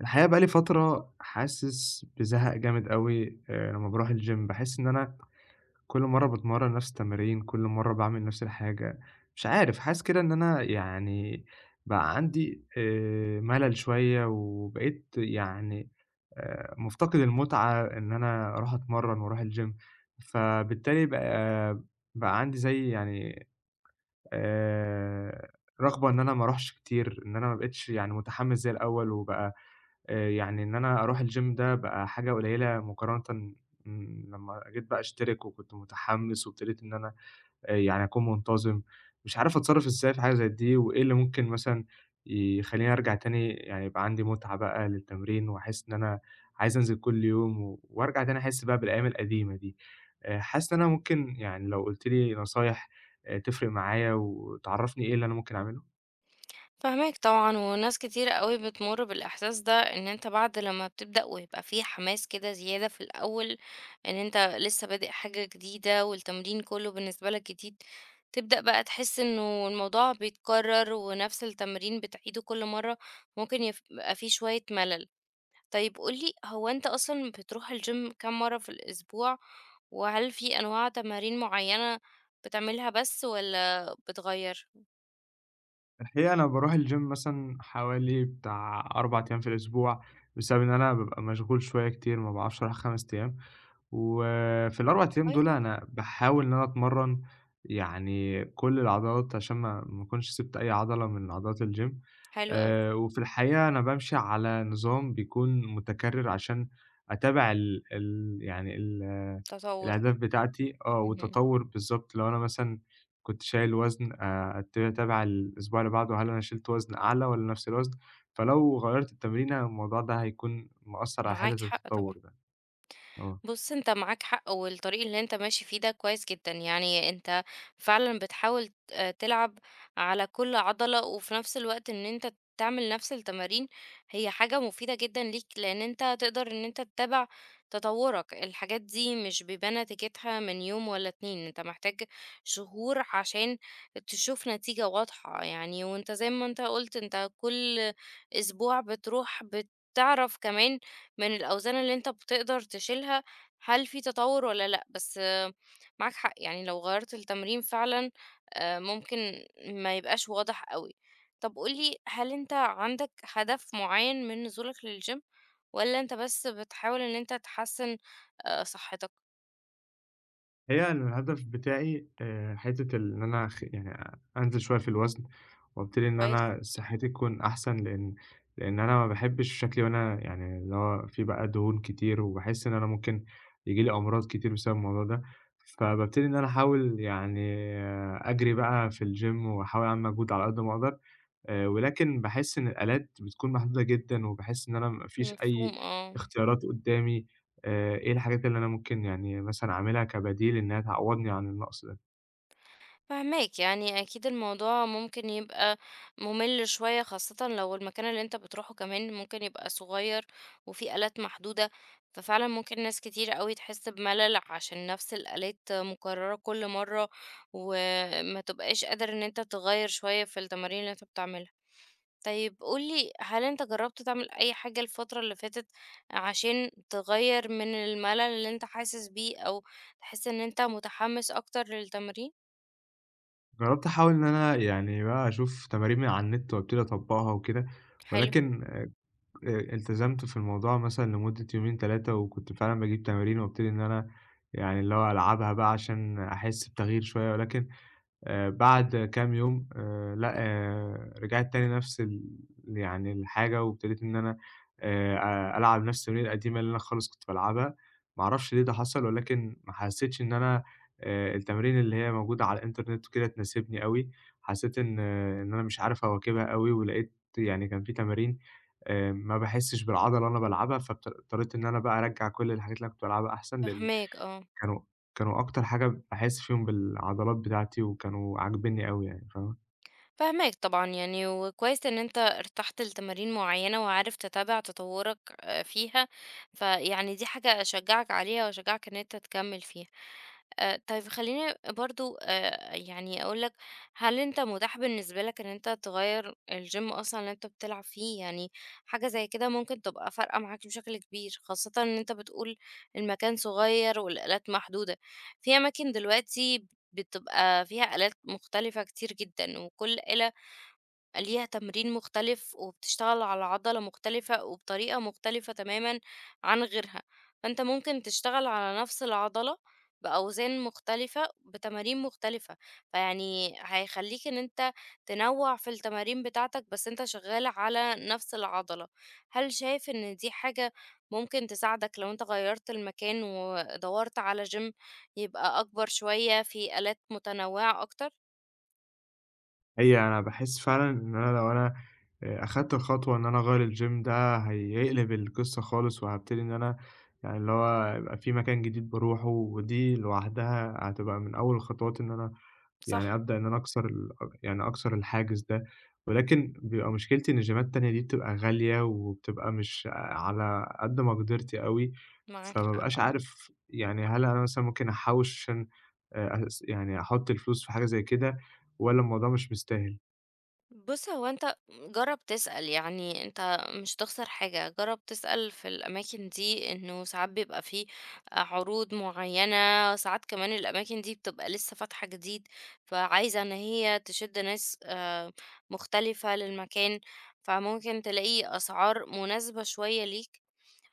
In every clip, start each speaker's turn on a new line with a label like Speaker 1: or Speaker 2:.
Speaker 1: الحقيقة بقى لي فترة حاسس بزهق جامد أوي لمّا باروح الgym باحس إن أنا كل مرّة باتمرّن نفس التمارين، كل مرّة باعمل نفس الحاجة. مش عارف، حاسس كده إن أنا يعني بقى عندي ملل شوية، وبقيت يعني مفتقد المتعة إن أنا أروح أتمرّن وأروح الgym. فبالتالي بقى بقى عندي زي يعني آآ، رغبة إن أنا ما أروحش كتير، إن أنا ما بقيتش يعني متحمس زي الأول، وبقى يعني إن أنا أروح الgym ده بقى حاجة قليلة مقارنةً. لمّا جيت بقى أشترك وكنت متحمّس وابتديت إن أنا يعني أكون منتظم. مش عارف أتصرّف إزاي في حاجة زي دي، وإيه اللي ممكن مثلًا يخلّيني أرجع تاني يعني يبقى عندي مُتعة بقى للتمرين، وأحس إن أنا عايز أنزل كل يوم، و وأرجع تاني أحس بقى بالأيام القديمة دي. حاسس إن أنا ممكن يعني لو قُلت لي نصايح تفرق معايا وتعرّفني إيه اللي أنا ممكن أعمله؟
Speaker 2: فاهماك طبعًا، وناس كتيرة أوي بتمُر بالإحساس ده، إن أنت بعد لمّا بتبدأ ويبقى في حماس كده زيادة في الأول، إن أنت لسه بادئ حاجة جديدة والتمرين كلّه بالنسبة لك جديد، تبدأ بقى تحس إنه الموضوع بيتكرر ونفس التمرين بتعيده كل مرّة، ممكن يبقى في شوية ملل. طيب قُل لي، هو أنت أصلًا بتروح الgym كام مرّة في الأسبوع؟ وهل في أنواع تمارين معيّنة بتعملها بس والّا بتغيّر؟
Speaker 1: الحقيقة أنا باروح الgym مثلًا حوالي بتاع 4 أيام في الأسبوع، بسبب إن أنا بابقى مشغول شوية كتير، ما باعرفش أروح 5 أيام. وفي ال4 أيام
Speaker 2: كويس.
Speaker 1: دول أنا باحاول إن أنا أتمرّن يعني كل العضلات عشان ما أكونش سِبت أي عضلة من عضلات الgym.
Speaker 2: حلو أوي.
Speaker 1: وفي الحقيقة أنا بامشي على نظام بيكون متكرر عشان أتابع ال ال يعني ال آه،
Speaker 2: تطوّر.
Speaker 1: الأهداف بتاعتي،
Speaker 2: اهم.
Speaker 1: والتطور بالضبط. لو أنا مثلًا كنت شايل وزن، أبتدي أتابع الأسبوع اللي بعده، هل أنا شِلت وزن أعلى والّا نفس الوزن؟ فلو غيّرت التمرينة الموضوع ده هيكون مأثّر على
Speaker 2: معاك
Speaker 1: حتّة
Speaker 2: حق طبعًا.
Speaker 1: التطور ده، آه.
Speaker 2: بُص، أنت معاك حق، والطريق اللي أنت ماشي فيه ده كويس جدًا، يعني أنت فعلًا بتحاول تلعب على كل عضلة، وفي نفس الوقت إن أنت تعمل نفس التمارين هي حاجة مفيدة جدًا ليك، لأن أنت تقدر إن أنت تتابع تطورك. الحاجات دي مش بيبان نتيجتها من يوم ولا 2، أنت محتاج شهور عشان تشوف نتيجة واضحة يعني، وأنت زي ما أنت قُلت أنت كل أسبوع بتروح، بتعرف كمان من الأوزان اللي أنت بتقدر تشيلها هل في تطور والّا لأ؟ بس آه، معاك حق، يعني لو غيّرت التمرين فعلًا ممكن ما يبقاش واضح أوي. طب قُل لي، هل أنت عندك هدف معيّن من نزولك للgym والّا أنت بس بتحاول إن أنت تحسّن صحتك؟
Speaker 1: هي أنا الهدف بتاعي حتّة إن أنا يعني أنزل شوية في الوزن، وابتدي إن
Speaker 2: كويس.
Speaker 1: أنا صحّتي تكون أحسن، لإن أنا ما باحبّش شكلي وأنا يعني اللي هو فيه بقى دهون كتير، وباحس إن أنا ممكن ييجي لي أمراض كتير بسبب الموضوع ده. فبابتدي إن أنا أحاول يعني أجري بقى في الgym وأحاول أعمل مجهود على قد ما أقدر، ولكن باحس إن الآلات بتكون محدودة جدًا، وباحس إن أنا ما فيش أي
Speaker 2: مفهوم، آه.
Speaker 1: اختيارات قدّامي. إيه الحاجات اللي أنا ممكن يعني مثلًا أعملها كبديل إنها تعوّضني عن النقص ده؟
Speaker 2: فاهماك، يعني أكيد الموضوع ممكن يبقى مُمِل شوية، خاصةً لو المكان اللي أنت بتروحه كمان ممكن يبقى صغير وفيه آلات محدودة، ففعلًا ممكن ناس كتير أوي تحس بملل عشان نفس الآلات مكررة كل مرة، وما تبقاش قادر إن أنت تغيّر شوية في التمارين اللي أنت بتعملها. طيب قُل لي، هل أنت جرّبت تعمل أي حاجة الفترة اللي فاتت عشان تغيّر من الملل اللي أنت حاسس بيه، أو تحس إن أنت متحمس أكتر للتمرين؟
Speaker 1: جرّبت أحاول إن أنا يعني بقى أشوف تمارين من على النت وابتدي أطبّقها وكده،
Speaker 2: حلو.
Speaker 1: ولكن التزمت في الموضوع مثلًا لمدة يومين، 3، وكنت فعلًا باجيب تمارين وابتدي إن أنا يعني اللي هو ألعبها بقى عشان أحس بتغيير شوية. ولكن بعد كام يوم لأ، رجعت تاني نفس يعني الحاجة، وابتديت إن أنا آآ ألعب نفس الأغنية القديمة اللي أنا خالص كنت بالعبها. ما أعرفش ليه ده حصل، ولكن ما حسيتش إن أنا التمارين اللي هي موجودة على الإنترنت وكده تناسبني أوي. حسيت إن أنا مش عارف أواكبها أوي، ولقيت يعني كان في تمارين ما باحسش بالعضلة وأنا بالعبها، اضطريت إن أنا بقى أرجّع كل الحاجات اللي أنا كنت بالعبها أحسن، لإن
Speaker 2: فهماك اه.
Speaker 1: كانوا كانوا أكتر حاجة باحس فيهم بالعضلات بتاعتي، وكانوا عاجبينّي أوي يعني، فاهمة؟
Speaker 2: فهماك طبعا، يعني وكويس ان انت ارتحت لتمارين معينة وعارف تتابع تطورك آه، فيها. فيعني دي حاجة اشجعك عليها واشجعك ان انت تكمل فيها آه. طيب خليني برضو آه، يعني اقولك، هل انت متاح بالنسبة لك ان انت تغير الجيم اصلا اللي انت بتلعب فيه؟ يعني حاجة زي كده ممكن تبقى فارقة معاك بشكل كبير، خاصة ان انت بتقول المكان صغير والآلات محدودة. في اماكن دلوقتي بتبقى فيها آلات مختلفة كتير جدًا، وكل آلة ليها تمرين مختلف، وبتشتغل على عضلة مختلفة، وبطريقة مختلفة تمامًا عن غيرها، فأنت ممكن تشتغل على نفس العضلة بأوزان مختلفة، بتمارين مختلفة، فيعني هيخلّيك إن أنت تنوّع في التمارين بتاعتك، بس أنت شغال على نفس العضلة. هل شايف إن دي حاجة ممكن تساعدك لو أنت غيّرت المكان ودوّرت على gym يبقى أكبر شوية، فيه آلات متنوعة أكتر؟
Speaker 1: هي أنا باحس فعلًا إن أنا لو أنا أخدت الخطوة إن أنا أغيّر الgym، ده هيقلب القصة خالص، وهابتدي إن أنا يعني اللي هو هيبقى في مكان جديد باروحه، ودي لوحدها هتبقى من أول الخطوات إن أنا يعني
Speaker 2: صح.
Speaker 1: أبدأ إن أنا أكسر يعني أكسر الحاجز ده. ولكن بيبقى مشكلتي إن الجيمات التانية دي بتبقى غالية، وبتبقى مش على قد مقدرتي أوي،
Speaker 2: معاك
Speaker 1: فما
Speaker 2: حق،
Speaker 1: بابقاش
Speaker 2: آه.
Speaker 1: عارف يعني هل أنا مثلًا ممكن أحوّش عشان يعني أحط الفلوس في حاجة زي كده، والّا الموضوع مش مستاهل؟
Speaker 2: بُص، هو أنت جرّب تسأل، يعني أنت مش هتخسر حاجة، جرّب تسأل في الأماكن دي إنه ساعات بيبقى في عروض معيّنة، ساعات كمان الأماكن دي بتبقى لسه فاتحة جديد، فعايزة إن هي تشد ناس مختلفة للمكان، فممكن تلاقي أسعار مناسبة شوية ليك،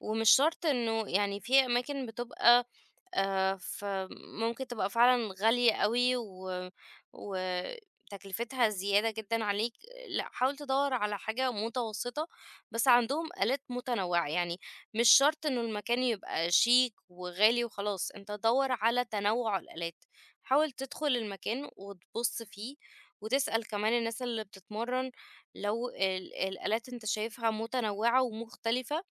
Speaker 2: ومش شرط إنه يعني في أماكن بتبقى فممكن تبقى فعلًا غالية أوي و وتكلفتها زيادة جدًا عليك. لأ، حاول تدوّر على حاجة متوسطة، بس عندهم آلات متنوعة، يعني مش شرط إنه المكان يبقى شيك وغالي وخلاص، أنت دوّر على تنوع الآلات، حاول تدخل المكان وتبُص فيه وتسأل كمان الناس اللي بتتمرّن لو الآلات أنت شايفها متنوعة ومختلفة.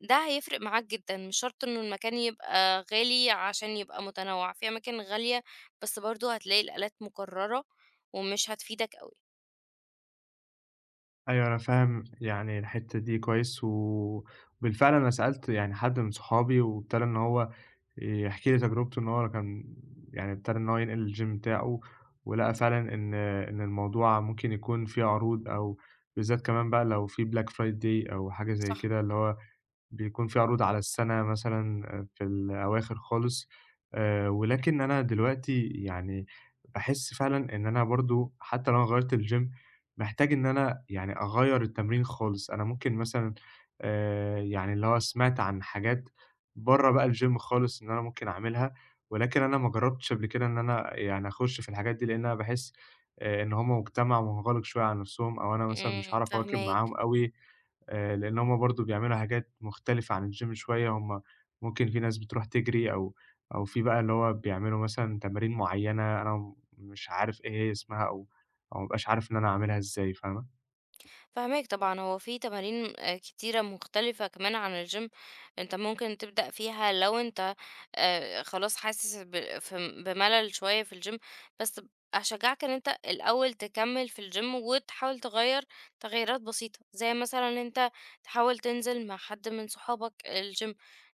Speaker 2: ده هيفرق معاك جدًا، مش شرط إنه المكان يبقى غالي عشان يبقى متنوّع، في أماكن غالية بس برضه هتلاقي الآلات مكررة ومش هتفيدك أوي.
Speaker 1: أيوه أنا فاهم يعني الحتّة دي كويس، و وبالفعل أنا سألت يعني حد من صحابي وابتدى إن هو يحكي لي تجربته، إن هو كان يعني ابتدى إن هو ينقل الgym بتاعه، ولقى فعلًا إن الموضوع ممكن يكون فيه عروض أو بالذات كمان بقى لو في Black Friday أو حاجة زي كده، اللي هو بيكون في عروض على السَنة مثلًا في الأواخر خالص. ولكن أنا دلوقتي يعني باحس فعلًا إن أنا برضه حتى لو أنا غيّرت الgym، محتاج إن أنا يعني أغيّر التمرين خالص. أنا ممكن مثلًا يعني اللي هو سمعت عن حاجات برّه بقى الgym خالص إن أنا ممكن أعملها، ولكن أنا ما جرّبتش قبل كده إن أنا يعني أخُش في الحاجات دي، لإن أنا باحس إن هم مجتمع مُنغلق شوية على نَفْسهم، أو أنا مثلًا مش
Speaker 2: إمم،
Speaker 1: هاعرف أواكب
Speaker 2: فاهماك.
Speaker 1: معاهم أوي. لإن هُم برضه بيعملوا حاجات مختلفة عن الgym شوية. هُم ممكن في ناس بتروح تجري أو في بقى اللي هو بيعملوا مثلًا تمارين معيّنة، أنا مش عارف إيه هي اسمها، أو ما بابقاش عارف إن أنا أعملها إزاي، فاهمة؟
Speaker 2: فاهماك طبعًا، هو في تمارين كتيرة مختلفة كمان عن الgym أنت ممكن تبدأ فيها لو أنت خلاص حاسس ب ف بملل شوية في الgym، بس أشجعك إن أنت الأول تكمّل في الgym وتحاول تغيّر تغييرات بسيطة، زي مثلًا إن أنت تحاول تنزل مع حد من صحابك الgym،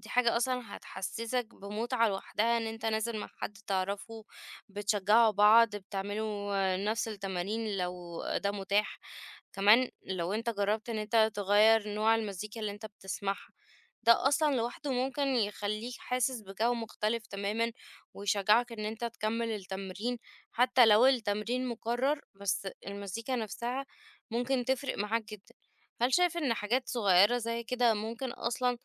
Speaker 2: دي حاجة أصلًا هتحسّسك بمتعة لوحدها إن أنت نازل مع حد تعرفه، بتشجعوا بعض، بتعملوا آه، نفس التمارين لو ده متاح. كمان لو أنت جربت إن أنت تغيّر نوع المزيكا اللي أنت بتسمعها، ده أصلًا لوحده ممكن يخلّيك حاسس بجو مختلف تمامًا، ويشجعك إن أنت تكمّل التمرين، حتى لو التمرين مُكرّر، بس المزيكا نفسها ممكن تفرق معاك جدًا. هل شايف إن حاجات صغيّرة زي كده ممكن أصلًا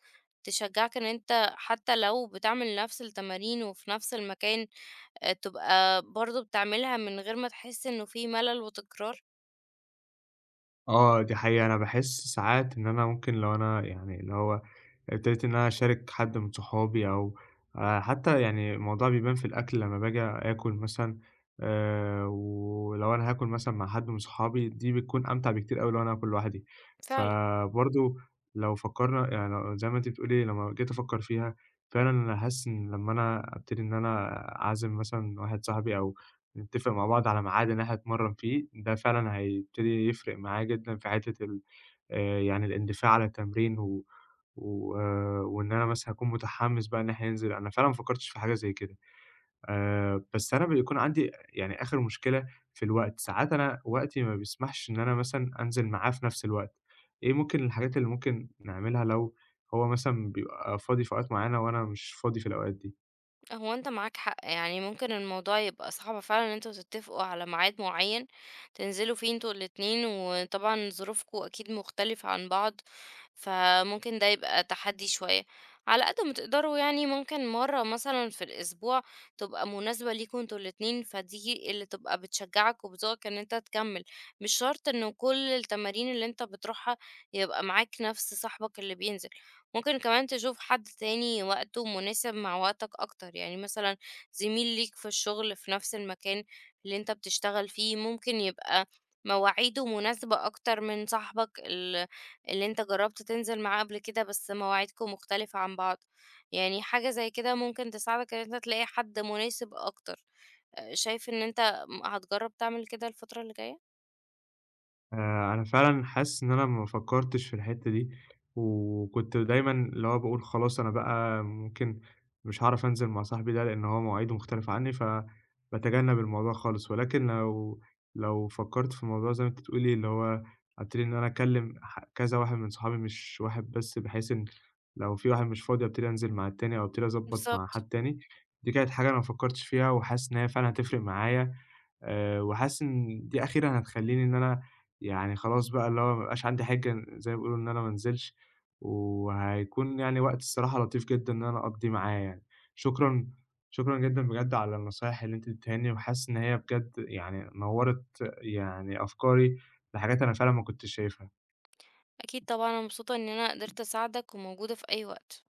Speaker 2: تشجعك إن أنت حتى لو بتعمل نفس التمارين وفي نفس المكان، تبقى برضه بتعملها من غير ما تحس إنه في ملل وتكرار؟
Speaker 1: آه، دي حقيقة أنا باحس ساعات إن أنا ممكن لو أنا يعني اللي هو ابتديت إن أنا أشارك حد من صحابي، أو حتى يعني الموضوع بيبان في الأكل، لمّا باجي آكل مثلًا ولو أنا هاكل مثلًا مع حد من صحابي دي بتكون أمتع بكتير أوي لو أنا هاكل لوحدي.
Speaker 2: فعلًا.
Speaker 1: فبرضه لو فكرنا يعني زي ما أنتِ بتقولي، لمّا جيت أفكر فيها، فعلًا أنا حاسس إن لمّا أنا أبتدي إن أنا أعزم مثلًا واحد صاحبي، أو نتفق مع بعض على ميعاد إن إحنا نتمرن فيه، ده فعلًا هيبتدي يفرق معايا جدًا في حتة ال يعني الاندفاع على التمرين، و و وإن أنا مثلًا أكون متحمّس بقى إن إحنا ننزل. أنا فعلًا ما فكّرتش في حاجة زي كده. بس أنا بيكون عندي يعني آخر مشكلة في الوقت، ساعات أنا وقتي ما بيسمحش إن أنا مثلًا أنزل معاه في نفس الوقت. إيه ممكن الحاجات اللي ممكن نعملها لو هو مثلًا بيبقى فاضي في أوقات معيّنة وأنا مش فاضي في الأوقات دي؟
Speaker 2: هو أنت معاك حق، يعني ممكن الموضوع يبقى صعب فعلا إن انتوا تتفقوا على ميعاد معين تنزلوا فيه انتوا الاتنين، وطبعا ظروفكوا أكيد مختلفة عن بعض، فممكن ده يبقى تحدي شوية. على قد ما تقدروا يعني ممكن مرة مثلا في الأسبوع تبقى مناسبة ليكوا انتوا الاتنين، فدي اللي تبقى بتشجعك وبتزقك إن انت تكمل. مش شرط إنه كل التمارين اللي انت بتروحها يبقى معاك نفس صاحبك اللي بينزل، ممكن كمان تشوف حد تاني وقته مناسب مع وقتك أكتر، يعني مثلا زميل ليك في الشغل في نفس المكان اللي انت بتشتغل فيه ممكن يبقى مواعيده مناسبة أكتر من صاحبك اللي انت جربت تنزل معاه قبل كده بس مواعيدكم مختلفة عن بعض. يعني حاجة زي كده ممكن تساعدك ان انت تلاقي حد مناسب أكتر. أه، شايف ان انت هتجرب تعمل كده الفترة اللي جاية؟
Speaker 1: أنا فعلًا حاسس إن أنا ما فكّرتش في الحتّة دي، وكنت دايمًا اللي هو باقول خلاص أنا بقى ممكن مش هاعرف أنزل مع صاحبي ده لإن هو مواعيده مختلفة عني، فباتجنّب الموضوع خالص، ولكن لو فكّرت في الموضوع زي ما أنتِ بتقولي، اللي هو هابتدي إن أنا أكلّم كذا واحد من صحابي، مش واحد بس، بحيث إن لو في واحد مش فاضي أبتدي أنزل مع التاني، أو أبتدي أضبّط مع
Speaker 2: بالظبط.
Speaker 1: حد تاني. دي كانت حاجة أنا ما فكّرتش فيها، وحاسس إن هي فعلًا هتفرق معايا، وحاسس إن دي أخيرًا هتخلّيني إن أنا يعني خلاص بقى اللي هو ما يبقاش عندي حِجة زي ما بيقولوا إن أنا ما أنزلش، وهيكون يعني وقت الصراحة لطيف جدًا إن أنا أقضّيه معاه يعني. شكرًا، شكرًا جدًا بجد على النصايح اللي أنتِ اديتيها لي، وحاسس إن هي بجد يعني نوّرت يعني أفكاري لحاجات أنا فعلًا ما كنتش شايفها.
Speaker 2: أكيد طبعا، أنا مبسوطة ان انا قدرت أساعدك وموجودة في أي وقت.